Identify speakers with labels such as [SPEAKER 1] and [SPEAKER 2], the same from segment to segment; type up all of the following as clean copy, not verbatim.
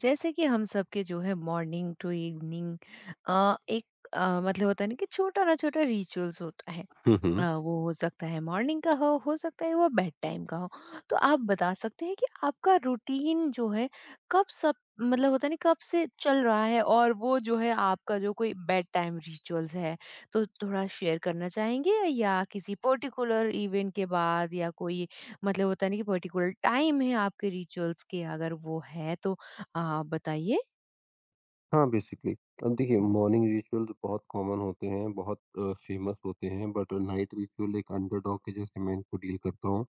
[SPEAKER 1] जैसे कि हम सबके जो है मॉर्निंग टू इवनिंग एक मतलब होता है ना कि छोटा ना छोटा रिचुअल्स होता है।
[SPEAKER 2] हुँ, हुँ।
[SPEAKER 1] वो हो सकता है मॉर्निंग का हो सकता है वो बेड टाइम का हो। तो आप बता सकते हैं कि आपका रूटीन जो है कब सब मतलब होता नहीं कब से चल रहा है, और वो जो है आपका जो कोई बेड टाइम रिचुअल्स है तो थोड़ा शेयर करना चाहेंगे? या किसी पर्टिकुलर इवेंट के बाद, या कोई मतलब होता नहीं कि पर्टिकुलर टाइम है आपके रिचुअल्स के, अगर वो है तो बताइए।
[SPEAKER 2] हाँ, बेसिकली अब देखिए, मॉर्निंग रिचुअल्स बहुत कॉमन होते हैं, बहुत फेमस होते हैं, बट नाइट रिचुअल एक अंडरडॉग के जैसे मैं इनको डील करता हूँ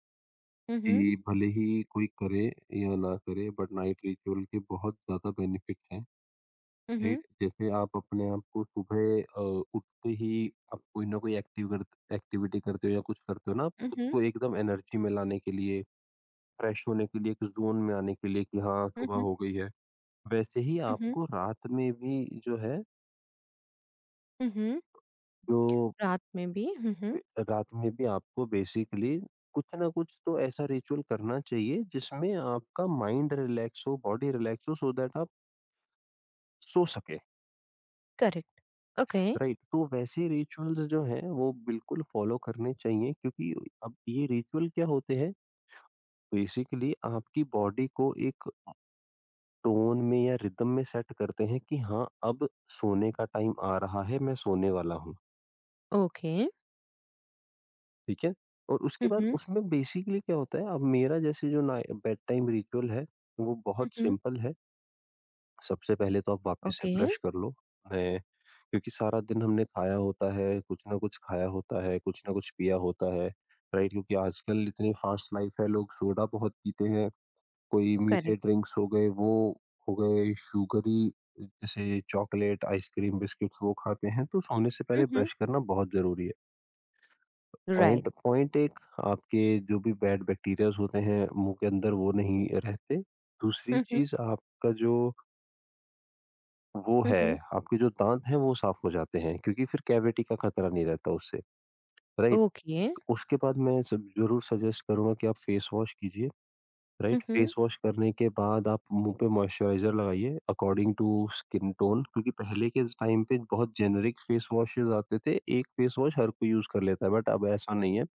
[SPEAKER 1] हम्म।
[SPEAKER 2] कि भले ही कोई करे या ना करे, बट नाइट रिचुअल के बहुत ज़्यादा बेनिफिट हैं,
[SPEAKER 1] हम्म
[SPEAKER 2] राइट? जैसे आप अपने आप को सुबह उठते ही आप कोई ना कोई एक्टिविटी करते हो या कुछ करते हो ना, आप खुद को एकदम एनर्जी में लाने के लिए, फ्रेश होने के लिए, एक ज़ोन में आने के लिए कि हाँ, सुबह
[SPEAKER 1] हम्म।
[SPEAKER 2] हो गई है। वैसे ही
[SPEAKER 1] हम्म
[SPEAKER 2] आपको
[SPEAKER 1] हम्म।
[SPEAKER 2] जो
[SPEAKER 1] रात में भी हम्म।
[SPEAKER 2] रात में भी आपको बेसिकली कुछ ना कुछ तो ऐसा रिचुअल करना चाहिए जिसमें आपका माइंड रिलैक्स हो, बॉडी रिलैक्स हो, सो दैट आप सो सके।
[SPEAKER 1] करेक्ट। ओके।
[SPEAKER 2] राइट? तो वैसे रिचुअल्स जो हैं वो बिल्कुल फॉलो करने चाहिए, क्योंकि अब ये रिचुअल क्या होते हैं, बेसिकली आपकी बॉडी को एक टोन में या रिदम में सेट करते हैं कि हाँ, अब सोने का टाइम आ रहा है, मैं सोने वाला हूँ,
[SPEAKER 1] ओके।
[SPEAKER 2] ठीक है? और उसके बाद
[SPEAKER 1] हम्म।
[SPEAKER 2] उसमें बेसिकली क्या होता है, अब मेरा जैसे जो ना बेड टाइम रिचुअल है, वो बहुत
[SPEAKER 1] हम्म।
[SPEAKER 2] सिंपल है। सबसे पहले तो आप वापस से
[SPEAKER 1] ओके।
[SPEAKER 2] ब्रश कर लो। मैं क्योंकि सारा दिन हमने खाया होता है, कुछ ना कुछ खाया होता है, कुछ ना कुछ पिया होता है, राइट? क्योंकि आजकल इतनी फास्ट लाइफ है, लोग सोडा बहुत पीते हैं, कोई मीठे
[SPEAKER 1] करेक्ट।
[SPEAKER 2] ड्रिंक्स हो गए, वो हो गए, शुगरी जैसे चॉकलेट, आइसक्रीम, बिस्किट्स वो खाते हैं, तो सोने से पहले
[SPEAKER 1] हम्म।
[SPEAKER 2] ब्रश करना बहुत ज़रूरी है। Point
[SPEAKER 1] right.
[SPEAKER 2] पॉइंट एक, आपके जो भी बैड बैक्टीरियाज होते हैं मुंह के अंदर वो नहीं रहते। दूसरी
[SPEAKER 1] हम्म।
[SPEAKER 2] चीज़, आपका जो वो है,
[SPEAKER 1] हम्म।
[SPEAKER 2] आपके जो दाँत हैं वो साफ हो जाते हैं, क्योंकि फिर कैविटी का खतरा नहीं रहता उससे, राइट?
[SPEAKER 1] ओके।
[SPEAKER 2] उसके बाद मैं सब ज़रूर सजेस्ट करूँगा कि आप फेस वॉश कीजिए, राइट?
[SPEAKER 1] हम्म।
[SPEAKER 2] फेस वॉश करने के बाद आप मुँह पे मॉइस्चराइज़र लगाइए अकॉर्डिंग टू स्किन टोन, क्योंकि पहले के टाइम पे बहुत जेनेरिक फेस वॉशेज़ आते थे। एक फेस वॉश हर कोई यूज़ कर लेता है, बट अब ऐसा नहीं है।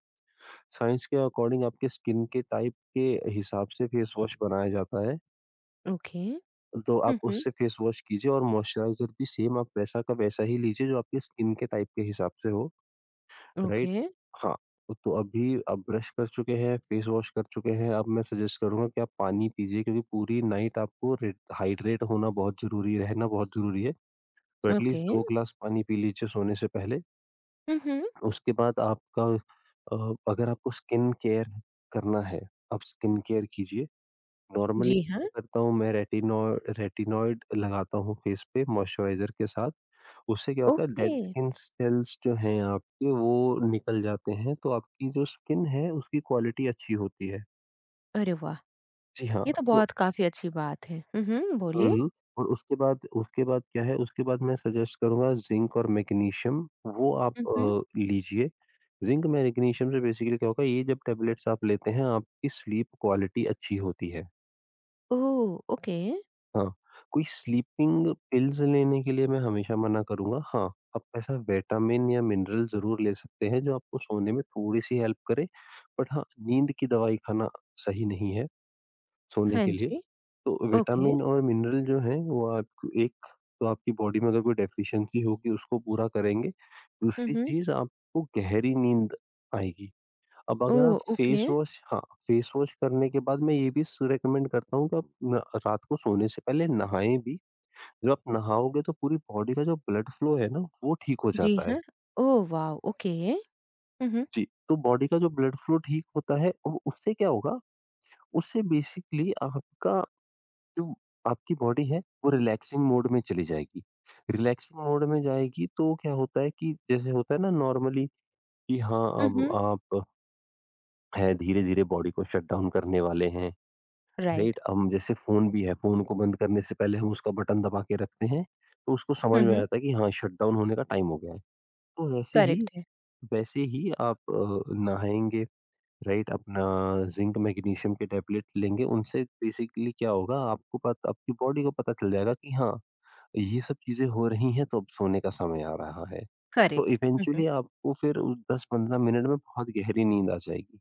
[SPEAKER 2] साइंस के अकॉर्डिंग आपके स्किन के टाइप के हिसाब से फेस वॉश बनाया जाता है।
[SPEAKER 1] ओके।
[SPEAKER 2] तो आप
[SPEAKER 1] हम्म।
[SPEAKER 2] उससे फेस वॉश कीजिए और मॉइस्चराइज़र भी सेम आप वैसा का वैसा ही लीजिए जो आपके स्किन के टाइप के हिसाब से हो, राइट?
[SPEAKER 1] ओके।
[SPEAKER 2] हाँ, तो अभी आप ब्रश कर चुके हैं, फेस वॉश कर चुके हैं, अब मैं सजेस्ट करूँगा कि आप पानी पीजिए, क्योंकि पूरी नाइट आपको रे हाइड्रेट होना बहुत ज़रूरी, रहना बहुत ज़रूरी है। तो
[SPEAKER 1] ओके।
[SPEAKER 2] एटलीस्ट 2 ग्लास पानी पी लीजिए सोने से पहले।
[SPEAKER 1] हम्म।
[SPEAKER 2] उसके बाद आपका अगर आपको स्किन केयर करना है, आप स्किन केयर कीजिए। नॉर्मली
[SPEAKER 1] जी हाँ।
[SPEAKER 2] मैं रेटिनो रेटिनॉइड लगाता हूँ फेस पे मॉइस्चराइज़र के साथ। उससे क्या होता है,
[SPEAKER 1] ओके।
[SPEAKER 2] डेड स्किन सेल्स जो हैं आपके वो निकल जाते हैं, तो आपकी जो स्किन है उसकी क्वालिटी अच्छी होती है।
[SPEAKER 1] अरे वाह,
[SPEAKER 2] जी हाँ,
[SPEAKER 1] ये तो
[SPEAKER 2] तो
[SPEAKER 1] बहुत काफी अच्छी बात है। हम्म,
[SPEAKER 2] हुँ,
[SPEAKER 1] बोलिए।
[SPEAKER 2] हुँ। और उसके बाद क्या है, उसके बाद मैं सजेस्ट करूँगा ज़िंक और मैग्नीशियम वो आप
[SPEAKER 1] हम्म।
[SPEAKER 2] लीजिए। ज़िंक मैग्नीशियम से बेसिकली क्या होगा, ये जब टैबलेट्स आप लेते हैं आपकी स्लीप क्वालिटी अच्छी होती है।
[SPEAKER 1] Oh, okay.
[SPEAKER 2] हाँ, कोई स्लीपिंग पिल्स लेने के लिए मैं हमेशा मना करूँगा। हाँ, आप ऐसा विटामिन या मिनरल ज़रूर ले सकते हैं जो आपको सोने में थोड़ी-सी हेल्प करे। बट हाँ, नींद की दवाई खाना सही नहीं है सोने
[SPEAKER 1] हाँ
[SPEAKER 2] के लिए।
[SPEAKER 1] जी।
[SPEAKER 2] तो
[SPEAKER 1] ओके।
[SPEAKER 2] विटामिन और मिनरल जो हैं वो आपको एक, तो आपकी बॉडी में अगर कोई डेफिशिएंसी होगी उसको पूरा करेंगे। दूसरी
[SPEAKER 1] हम्म।
[SPEAKER 2] चीज़, आपको गहरी नींद आएगी। अब
[SPEAKER 1] ओ,
[SPEAKER 2] अगर आप फेस
[SPEAKER 1] ओके।
[SPEAKER 2] वॉश हाँ, फेस वॉश करने के बाद मैं ये भी स रिकमेंड करता हूँ कि आप न रात को सोने से पहले नहाएँ भी। जब आप नहाओगे तो पूरी बॉडी का जो ब्लड फ्लो है ना, वो ठीक हो
[SPEAKER 1] जी
[SPEAKER 2] जाता
[SPEAKER 1] हाँ।
[SPEAKER 2] है।
[SPEAKER 1] Oh wow! ओके। हुँ, हुँ।
[SPEAKER 2] जी, तो बॉडी का जो ब्लड फ्लो ठीक होता है और उससे क्या होगा, उससे बेसिकली आपका जो आपकी बॉडी है वो रिलैक्सिंग मोड में चली जाएगी। रिलैक्सिंग मोड में जाएगी तो क्या होता है कि जैसे होता है ना नॉर्मली, कि हाँ,
[SPEAKER 1] हुँ,
[SPEAKER 2] अब
[SPEAKER 1] हुँ।
[SPEAKER 2] आप हैं धीरे-धीरे बॉडी को शट डाउन करने वाले हैं,
[SPEAKER 1] राइट।
[SPEAKER 2] राइट? हम जैसे फ़ोन भी है, फ़ोन को बंद करने से पहले हम उसका बटन दबा के रखते हैं, तो उसको समझ
[SPEAKER 1] हुँ,
[SPEAKER 2] में आ
[SPEAKER 1] हुँ।
[SPEAKER 2] जाता है कि हाँ, शट डाउन होने का टाइम हो गया है। तो वैसे ही
[SPEAKER 1] करेक्ट है।
[SPEAKER 2] वैसे ही आप नहाएँगे, राइट? अपना ज़िंक, मैग्नीशियम के टैबलेट लेंगे, उनसे बेसिकली क्या होगा, आपको पत आपकी बॉडी को पता चल जाएगा कि हाँ, ये सब चीज़ें हो रही हैं तो अब सोने का समय आ रहा है। तो
[SPEAKER 1] करेक्ट। हुँ, हुँ।
[SPEAKER 2] इवेंचुअली आपको फिर उ 10-15 मिनट में बहुत गहरी नींद आ जाएगी।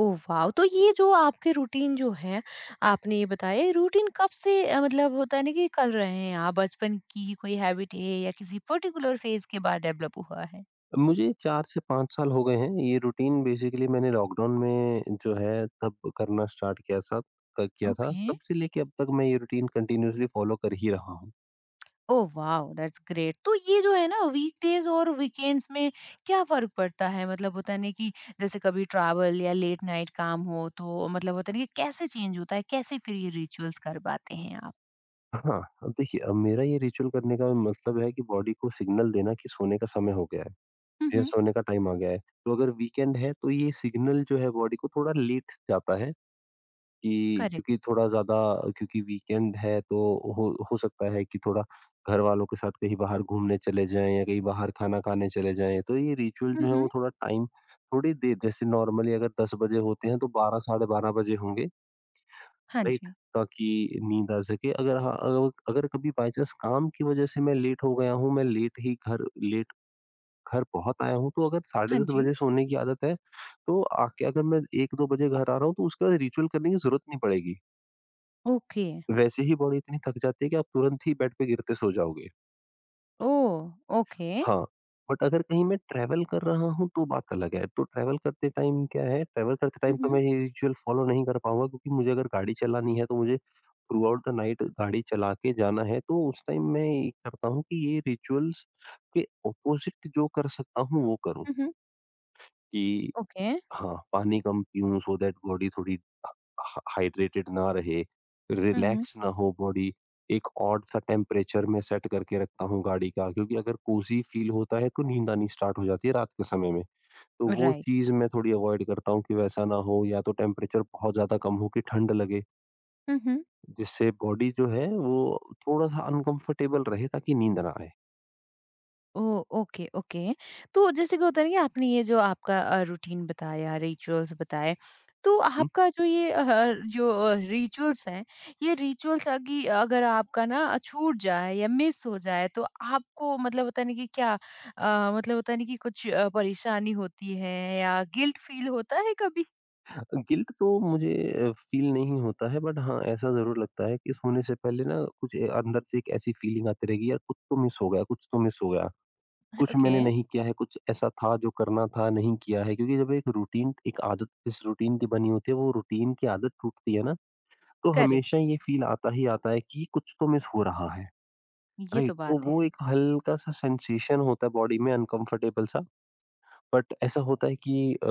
[SPEAKER 1] Oh wow! तो ये जो आपके रूटीन जो है, आपने ये बताया, ये रूटीन कब से मतलब होता है ना कि कर रहे हैं आप? बचपन की कोई हैबिट है, या किसी पर्टिकुलर फ़ेज़ के बाद डेवलप हुआ है?
[SPEAKER 2] मुझे 4 से 5 साल हो गए हैं, ये रूटीन बेसिकली मैंने लॉकडाउन में जो है तब करना स्टार्ट किया था,
[SPEAKER 1] ओके।
[SPEAKER 2] तब से लेके अब तक मैं ये रूटीन कंटिन्यूअसली फ़ॉलो कर ही रहा हूँ।
[SPEAKER 1] Oh wow, that's great. तो ये जो है ना, वीकडेज और वीकेंड्स में क्या फर्क पड़ता है? मतलब होता है नहीं कि जैसे कभी ट्रैवल या लेट नाइट काम हो, तो मतलब होता नहीं कि कैसे चेंज होता है, कैसे फिर ये रिचुअल्स कर पाते हैं आप।
[SPEAKER 2] हाँ, अब देखिए, अब मेरा ये रिचुअल करने का मतलब है कि बॉडी को सिग्नल देना कि सोने का समय हो गया है, या
[SPEAKER 1] हम्म।
[SPEAKER 2] सोने का टाइम आ गया है। तो अगर वीकेंड है तो ये सिग्नल जो है बॉडी को थोड़ा लेट जाता है, कि
[SPEAKER 1] करेक्ट।
[SPEAKER 2] क्योंकि थोड़ा ज़्यादा, क्योंकि वीकेंड है तो हो सकता है कि थोड़ा घर वालों के साथ कहीं बाहर घूमने चले जाएँ या कहीं बाहर खाना खाने चले जाएँ। तो ये रिचुअल जो है वो
[SPEAKER 1] हम्म।
[SPEAKER 2] थोड़ा टाइम, थोड़ी देर, जैसे नॉर्मली अगर 10 बजे होते हैं तो 12, साढ़े 12 बजे होंगे।
[SPEAKER 1] हाँ
[SPEAKER 2] राइट?
[SPEAKER 1] जी।
[SPEAKER 2] ताकि नींद आ सके। अगर हाँ, अगर कभी बाय चांस काम की वजह से मैं लेट हो गया हूँ, मैं लेट घर पहुँच आया हूँ, तो अगर साढ़े
[SPEAKER 1] हाँ
[SPEAKER 2] 10
[SPEAKER 1] जी।
[SPEAKER 2] बजे सोने की आदत है, तो आके अगर मैं 1-2 बजे घर आ रहा हूँ, तो उसके बाद रिचुअल करने की ज़रूरत नहीं पड़ेगी।
[SPEAKER 1] ओके।
[SPEAKER 2] वैसे ही बॉडी इतनी थक जाती है कि आप तुरंत ही बेड पे गिरते सो जाओगे।
[SPEAKER 1] ओह। ओके।
[SPEAKER 2] हाँ, बट अगर कहीं मैं ट्रैवल कर रहा हूँ तो बात अलग है। तो ट्रैवल करते टाइम क्या है, ट्रैवल करते टाइम तो
[SPEAKER 1] हम्म।
[SPEAKER 2] मैं ये रिचुअल फॉलो नहीं कर पाऊँगा, क्योंकि मुझे अगर गाड़ी चलानी है तो मुझे थ्रू आउट द नाइट गाड़ी चला के जाना है। तो उस टाइम मैं ये करता हूँ कि ये रिचुअल्स के अपोज़िट जो कर सकता हूँ वो करूँ।
[SPEAKER 1] हम्म।
[SPEAKER 2] कि
[SPEAKER 1] ओके।
[SPEAKER 2] हाँ, पानी कम पीऊँ सो दैट बॉडी थोड़ी ह ह हाइड्रेटेड ना रहे,
[SPEAKER 1] हम्म।
[SPEAKER 2] रिलैक्स ना हो बॉडी, एक ऑड सा टेम्परेचर मैं सेट करके रखता हूँ गाड़ी का, क्योंकि अगर कोज़ी फील होता है तो नींद आनी स्टार्ट हो जाती है रात के समय में। तो वो
[SPEAKER 1] राइट।
[SPEAKER 2] चीज़ मैं थोड़ी अवॉइड करता हूँ कि वैसा ना हो, या तो टेम्परेचर बहुत ज़्यादा कम हो कि ठंड लगे, जिससे बॉडी जो है वो थोड़ा-सा अनकम्फर्टेबल रहे ताकि नींद ना आए।
[SPEAKER 1] ओह! Okay, okay. तो जैसे कि होता है ना कि आपने ये जो आपका रूटीन बताया, रिचुअल्स बताए, तो
[SPEAKER 2] हुँ।
[SPEAKER 1] आपका जो ये जो रिचुअल्स हैं, ये रिचुअल्स अगी अगर आपका ना छूट जाए या मिस हो जाए, तो आपको मतलब होता है ना कि क्या मतलब होता है ना कि कुछ परेशानी होती है या गिल्ट फ़ील होता है कभी?
[SPEAKER 2] गिल्ट तो मुझे फ़ील नहीं होता है, बट हाँ, ऐसा ज़रूर लगता है कि सोने से पहले ना कुछ ए अंदर से एक ऐसी फ़ीलिंग आती रहेगी, यार कुछ तो मिस हो गया, कुछ तो मिस हो गया। कुछ
[SPEAKER 1] ओके,
[SPEAKER 2] मैंने नहीं किया है, कुछ ऐसा था जो करना था नहीं किया है, क्योंकि जब एक रूटीन, एक आदत जिस रूटीन की बनी होती है वो रूटीन की आदत टूटती है ना, तो
[SPEAKER 1] करेक्ट,
[SPEAKER 2] हमेशा ये फ़ील आता ही आता है कि कुछ तो मिस हो रहा है,
[SPEAKER 1] ये
[SPEAKER 2] राइट?
[SPEAKER 1] तो
[SPEAKER 2] तो
[SPEAKER 1] बात
[SPEAKER 2] वो
[SPEAKER 1] है।
[SPEAKER 2] एक हल्का-सा सेंसेशन होता है बॉडी में अनकम्फ़र्टेबल सा। बट ऐसा होता है कि अ,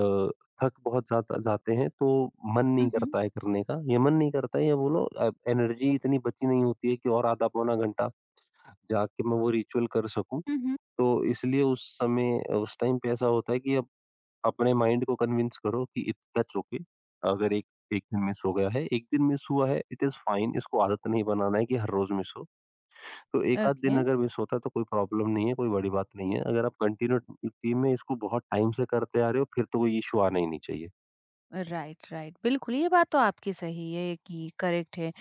[SPEAKER 2] थक बहुत ज़्यादा जाते हैं तो मन नहीं
[SPEAKER 1] हुँ, हुँ।
[SPEAKER 2] करता है करने का, या मन नहीं करता है, या बोलो एनर्जी इतनी बची नहीं होती है कि और आधा पौना घंटा जाके मैं वो रिचुअल कर सकूँ।
[SPEAKER 1] हुँ, हुँ।
[SPEAKER 2] तो इसलिए उस समय उस टाइम पे ऐसा होता है कि अब अपने माइंड को कन्विंस करो कि इट दैट्स ओके, अगर एक 1 दिन मिस हो गया है, 1 दिन मिस हुआ है, इट इज़ फाइन, इसको आदत नहीं बनाना है कि हर रोज़ मिस हो। तो एक आध दिन
[SPEAKER 1] ओके।
[SPEAKER 2] अगर मिस होता है तो कोई प्रॉब्लम नहीं है, कोई बड़ी बात नहीं है। अगर आप कंटिन्यू टीम में इसको बहुत टाइम से करते आ रहे हो फिर तो कोई इश्यू आना ही नहीं चाहिए।
[SPEAKER 1] Right, right. बिल्कुल, ये बात तो आपकी सही है कि करेक्ट है,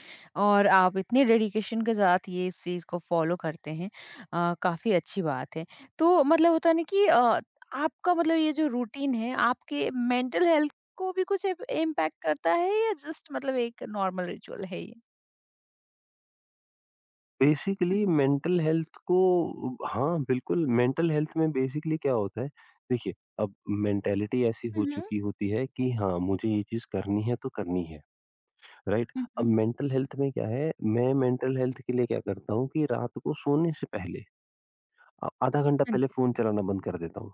[SPEAKER 1] और आप इतने डेडिकेशन के साथ ये इस चीज़ को फ़ॉलो करते हैं, काफ़ी अच्छी बात है। तो मतलब होता है ना कि आपका मतलब ये जो रूटीन है, आपके मेंटल हेल्थ को भी कुछ इप इम्पैक्ट करता है, या जस्ट मतलब एक नॉर्मल रिचुअल है ये? Hmm,
[SPEAKER 2] basically
[SPEAKER 1] hmm.
[SPEAKER 2] Mental health को। हाँ, बिल्कुल मेंटल हेल्थ में बेसिकली क्या होता है, देखिए अब मेंटालिटी ऐसी
[SPEAKER 1] हुँ,
[SPEAKER 2] हो
[SPEAKER 1] हुँ।
[SPEAKER 2] चुकी होती है कि हाँ, मुझे ये चीज़ करनी है तो करनी है, राइट?
[SPEAKER 1] हुँ,
[SPEAKER 2] अब
[SPEAKER 1] हुँ।
[SPEAKER 2] मेंटल हेल्थ में क्या है, मैं मेंटल हेल्थ के लिए क्या करता हूँ कि रात को सोने से पहले आधा घंटा
[SPEAKER 1] हाँ
[SPEAKER 2] पहले
[SPEAKER 1] जी।
[SPEAKER 2] फ़ोन चलाना बंद कर देता हूँ।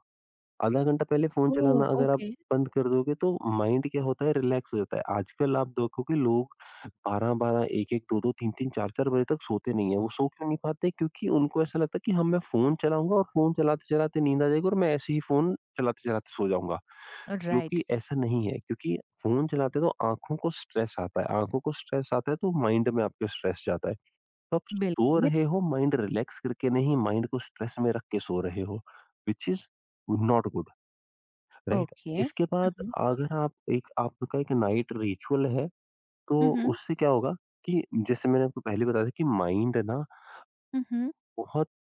[SPEAKER 2] आधा घंटा पहले फ़ोन
[SPEAKER 1] ओह!
[SPEAKER 2] चलाना अगर आप
[SPEAKER 1] ओके।
[SPEAKER 2] बंद कर दोगे तो माइंड क्या होता है, रिलैक्स हो जाता है। आजकल आप देखोगे लोग 12-12, 1-1, 2-2, 3-3, 4-4 बजे तक सोते नहीं है। वो सो क्यों नहीं पाते? क्योंकि उनको ऐसा लगता है कि हाँ, मैं फ़ोन चलाऊँगा और फ़ोन चलाते-चलाते नींद आ जाएगी और मैं ऐसे ही फ़ोन चलाते-चलाते सो जाऊँगा। जो
[SPEAKER 1] राइट,
[SPEAKER 2] कि ऐसा नहीं है क्योंकि फ़ोन चलाते तो आँखों को स्ट्रेस आता है, आँखों को स्ट्रेस आता है तो माइंड में आपके स्ट्रेस जाता है। तो आप सो
[SPEAKER 1] बिल्कुल।
[SPEAKER 2] रहे हो माइंड रिलैक्स करके नहीं, माइंड को स्ट्रेस में रख के सो रहे हो, which is not good. Right,
[SPEAKER 1] okay.
[SPEAKER 2] इसके
[SPEAKER 1] हुँ,
[SPEAKER 2] बाद
[SPEAKER 1] हुँ।
[SPEAKER 2] अगर आप एक आपका एक नाइट रिचुअल है तो
[SPEAKER 1] हुँ, हुँ।
[SPEAKER 2] उससे क्या होगा कि जैसे मैंने आपको पहले बताया था कि माइंड ना
[SPEAKER 1] हुँ, हुँ।
[SPEAKER 2] बहुत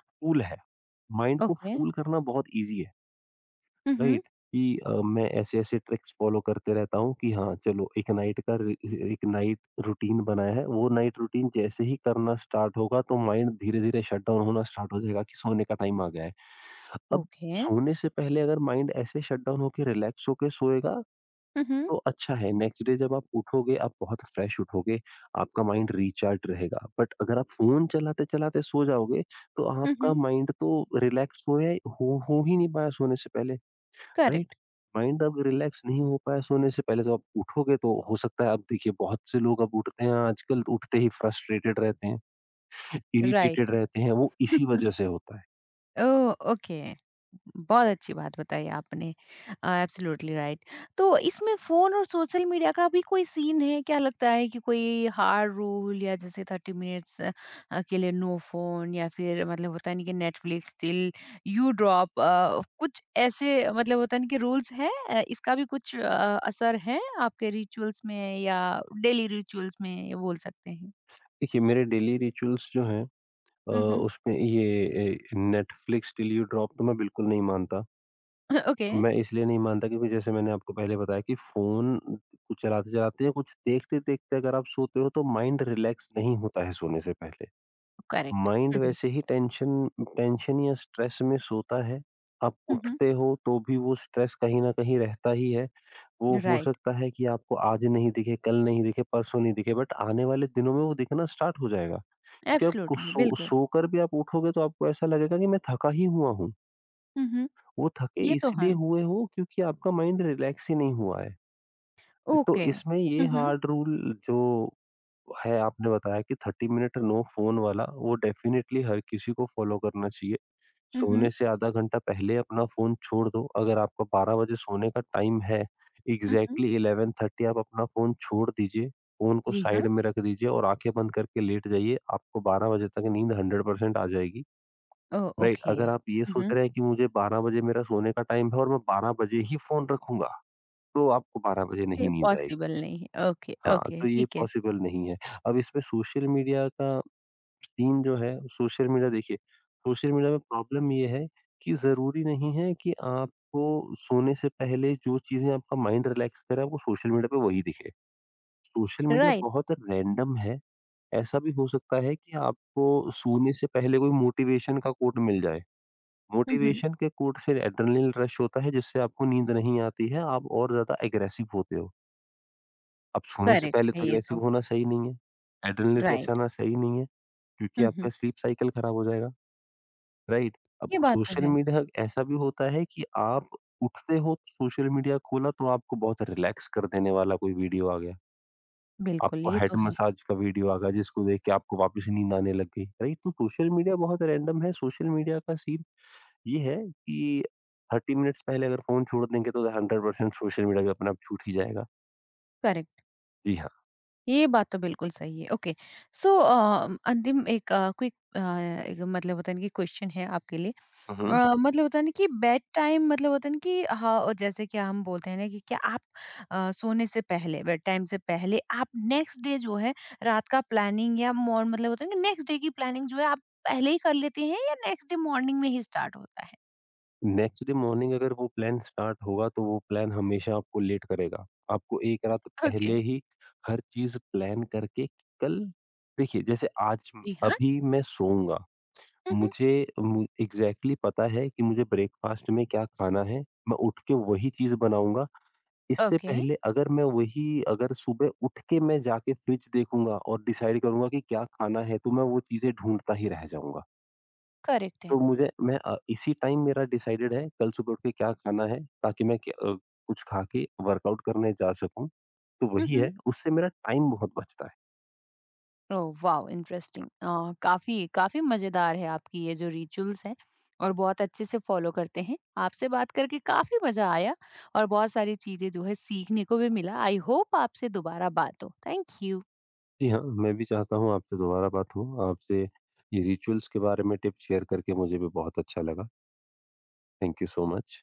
[SPEAKER 2] फूल है, माइंड को
[SPEAKER 1] ओके।
[SPEAKER 2] फूल करना बहुत इजी है।
[SPEAKER 1] हुँ, हुँ।
[SPEAKER 2] राइट, कि मैं ऐसे ऐसे ट्रिक्स फॉलो करते रहता हूँ कि हाँ चलो एक नाइट रूटीन बनाया है। वो नाइट रूटीन जैसे ही करना स्टार्ट होगा तो माइंड धीरे धीरे शट डाउन होना स्टार्ट हो जाएगा कि सोने का टाइम आ गया है। अब
[SPEAKER 1] ओके।
[SPEAKER 2] सोने से पहले अगर माइंड ऐसे शट डाउन होकर रिलैक्स होकर सोएगा
[SPEAKER 1] हुँ, हुँ।
[SPEAKER 2] तो अच्छा है। नेक्स्ट डे जब आप उठोगे, आप बहुत फ्रेश उठोगे, आपका माइंड रिचार्ज्ड रहेगा। बट अगर आप फ़ोन चलाते-चलाते सो जाओगे, तो
[SPEAKER 1] हुँ,
[SPEAKER 2] आपका
[SPEAKER 1] हुँ।
[SPEAKER 2] माइंड तो रिलैक्स होया हो ही नहीं पाया सोने से पहले, राइट?
[SPEAKER 1] करेक्ट।
[SPEAKER 2] माइंड अब रिलैक्स नहीं हो पाया सोने से पहले, जब आप उठोगे तो हो सकता है, आप देखिए बहुत से लोग अब उठते हैं आजकल, उठते ही फ्रस्ट्रेटेड रहते हैं, इरिटेटेड
[SPEAKER 1] राइट।
[SPEAKER 2] रहते हैं, वो इसी वजह से होता है।
[SPEAKER 1] ओह! ओके। बहुत अच्छी बात बताई आपने। Absolutely right. तो इसमें फ़ोन और सोशल मीडिया का भी कोई सीन है? क्या लगता है कि कोई हार्ड रूल, या जैसे 30 मिनट्स के लिए नो फ़ोन, या फिर मतलब होता है ना कि नेटफ्लिक्स टिल यू ड्रॉप, कुछ ऐसे मतलब होता है ना कि रूल्स हैं? इसका भी कुछ असर है आपके रिचुअल्स में, या डेली रिचुअल्स में, ये बोल सकते हैं?
[SPEAKER 2] देखिए, मेरे डेली रिचुअल्स जो हैं
[SPEAKER 1] हुँ, हुँ।
[SPEAKER 2] उसमें ये नेटफ्लिक्स टिल यू ड्रॉप तो मैं बिल्कुल नहीं मानता।
[SPEAKER 1] ओके,
[SPEAKER 2] मैं इसलिए नहीं मानता क्योंकि जैसे मैंने आपको पहले बताया कि फ़ोन कुछ चलाते-चलाते या कुछ देखते-देखते अगर आप सोते हो तो माइंड रिलैक्स नहीं होता है सोने से पहले।
[SPEAKER 1] करेक्ट।
[SPEAKER 2] माइंड
[SPEAKER 1] हुँ,
[SPEAKER 2] वैसे ही टेंशन टेंशन या स्ट्रेस में सोता है। आप
[SPEAKER 1] हुँ।
[SPEAKER 2] उठते हो तो भी वो स्ट्रेस कहीं न कहीं रहता ही है। वो हो
[SPEAKER 1] राइट,
[SPEAKER 2] सकता है कि आपको आज नहीं दिखे, कल नहीं दिखे, परसों नहीं दिखे, बट आने वाले दिनों में वो दिखना स्टार्ट हो जाएगा। क्योंकि आप कुछ
[SPEAKER 1] एब्सोल्युटली, बिल्कुल।
[SPEAKER 2] सोकर भी आप उठोगे तो आपको ऐसा लगेगा कि मैं थका ही हुआ हूँ।
[SPEAKER 1] हुँ, हुँ।
[SPEAKER 2] वो थके
[SPEAKER 1] ये तो है,
[SPEAKER 2] इसलिए हुए हो क्योंकि आपका माइंड रिलैक्स ही नहीं हुआ है। तो
[SPEAKER 1] ओके।
[SPEAKER 2] इसमें ये
[SPEAKER 1] हुँ, हुँ।
[SPEAKER 2] हार्ड रूल जो है आपने बताया कि 30 मिनट नो फ़ोन वाला, वो डेफ़िनेटली हर किसी को फ़ॉलो करना चाहिए।
[SPEAKER 1] हुँ,
[SPEAKER 2] सोने
[SPEAKER 1] हुँ।
[SPEAKER 2] से आधा घंटा पहले अपना फ़ोन छोड़ दो। अगर आपका 12 बजे सोने का टाइम है,
[SPEAKER 1] हुँ, हुँ।
[SPEAKER 2] एग्ज़ैक्टली 11:30 आप अपना फ़ोन छोड़ दीजिए। फ़ोन को
[SPEAKER 1] जी हाँ,
[SPEAKER 2] साइड में रख दीजिए और आँखें बंद करके लेट जाइए। आपको 12 बजे तक नींद 100% आ जाएगी।
[SPEAKER 1] Oh
[SPEAKER 2] right,
[SPEAKER 1] okay.
[SPEAKER 2] अगर आप ये
[SPEAKER 1] हुँ,
[SPEAKER 2] सोच
[SPEAKER 1] हुँ।
[SPEAKER 2] रहे हैं कि मुझे 12 बजे मेरा सोने का टाइम है और मैं 12 बजे ही फ़ोन रखूँगा, तो आपको 12 बजे नहीं
[SPEAKER 1] ये
[SPEAKER 2] नींद आएगी।
[SPEAKER 1] पॉसिबल नहीं है, ओके,
[SPEAKER 2] हाँ,
[SPEAKER 1] ओके,
[SPEAKER 2] तो ये
[SPEAKER 1] ठीक है,
[SPEAKER 2] पॉसिबल नहीं है। अब इसमें सोशल मीडिया का सीन जो है, सोशल मीडिया देखिए, सोशल मीडिया में प्रॉब्लम ये है कि ज़रूरी नहीं है कि आपको सोने से पहले जो चीज़ें आपका माइंड रिलैक्स करे, वो सोशल मीडिया पे वही दिखे। Social media
[SPEAKER 1] right.
[SPEAKER 2] बहुत रैंडम है, ऐसा भी हो सकता है कि आपको सोने से पहले कोई मोटिवेशन का कोट मिल जाए।
[SPEAKER 1] Hmm, hmm.
[SPEAKER 2] मोटिवेशन के कोट से एड्रेनलिन रश होता है जिससे आपको नींद नहीं आती है, आप और ज़्यादा एग्रेसिव होते हो। अब सोने से
[SPEAKER 1] करेक्ट
[SPEAKER 2] पहले
[SPEAKER 1] है
[SPEAKER 2] तो
[SPEAKER 1] ये
[SPEAKER 2] एग्रेसिव
[SPEAKER 1] तो,
[SPEAKER 2] होना सही नहीं है, एड्रेनलिन रश
[SPEAKER 1] राइट।
[SPEAKER 2] आना सही नहीं है, क्योंकि
[SPEAKER 1] हुँ,
[SPEAKER 2] आपका
[SPEAKER 1] हुँ।
[SPEAKER 2] स्लीप साइकिल खराब हो जाएगा, राइट? अब
[SPEAKER 1] ये बात तो
[SPEAKER 2] सोशल
[SPEAKER 1] है,
[SPEAKER 2] मीडिया ऐसा भी होता है कि आप उठते हो, सोशल मीडिया खोला तो आपको बहुत रिलैक्स कर देने वाला कोई वीडियो आ गया,
[SPEAKER 1] बिल्कुल
[SPEAKER 2] आपको
[SPEAKER 1] ये
[SPEAKER 2] हेड
[SPEAKER 1] तो है,
[SPEAKER 2] मसाज का वीडियो आ गया जिसको देख के आपको वापस नींद आने लग गई, राइट? तो सोशल मीडिया बहुत रैंडम है, सोशल मीडिया का सीन ये है कि 30 मिनट्स पहले अगर फ़ोन छोड़ देंगे तो 100% सोशल मीडिया भी अपने आप छूट ही जाएगा।
[SPEAKER 1] करेक्ट,
[SPEAKER 2] जी हाँ।
[SPEAKER 1] ये बात तो बिल्कुल सही है, ओके। सो अंतिम एक क्विक एक मतलब होता है ना कि क्वेश्चन है आपके लिए,
[SPEAKER 2] उहुँ।
[SPEAKER 1] अ, मतलब होता है ना कि बेड टाइम, मतलब होता है ना कि हाँ, और जैसे कि हम बोलते हैं ना कि क्या आप सोने से पहले, बेड टाइम से पहले, आप नेक्स्ट डे जो है रात का प्लानिंग, या मॉर्न मतलब होता है ना नेक्स्ट डे की प्लानिंग जो है, आप पहले ही कर लेते हैं, या नेक्स्ट डे मॉर्निंग में ही स्टार्ट होता है?
[SPEAKER 2] नेक्स्ट डे मॉर्निंग अगर वो प्लान स्टार्ट होगा तो वो प्लान हमेशा आपको लेट करेगा। आपको एक रात
[SPEAKER 1] ओके।
[SPEAKER 2] पहले ही हर चीज़ प्लान करके, कि कल देखिए, जैसे आज
[SPEAKER 1] जी हाँ।
[SPEAKER 2] अभी मैं सोऊँगा,
[SPEAKER 1] मम्हम।
[SPEAKER 2] मुझे मु एग्ज़ैक्टली पता है कि मुझे ब्रेकफ़ास्ट में क्या खाना है, मैं उठ के वही चीज़ बनाऊँगा। इससे
[SPEAKER 1] ओके।
[SPEAKER 2] पहले अगर सुबह उठ के मैं जाके फ्रिज देखूँगा और डिसाइड करूँगा कि क्या खाना है, तो मैं वो चीज़ें ढूँढता ही रह जाऊँगा।
[SPEAKER 1] करेक्ट
[SPEAKER 2] तो मुझे मैं इसी टाइम मेरा डिसाइडेड है कल सुबह उठ के क्या खाना है, ताकि मैं कुछ खा के वर्कआउट करने जा सकूँ। तो वही
[SPEAKER 1] है।
[SPEAKER 2] है, उससे मेरा टाइम बहुत बचता है।
[SPEAKER 1] Oh wow! इंटरेस्टिंग। काफ़ी काफ़ी मज़ेदार है आपकी ये जो रिचुअल्स हैं, और बहुत अच्छे से फ़ॉलो करते हैं। आपसे बात करके काफ़ी मज़ा आया, और बहुत सारी चीज़ें जो है सीखने को भी मिला। आई होप आपसे दोबारा बात हो। Thank you.
[SPEAKER 2] जी हाँ, मैं भी चाहता हूँ आपसे दोबारा बात हो। आपसे ये रिचुअल्स के बारे में टिप्स शेयर करके मुझे भी बहुत अच्छा लगा। Thank you so much.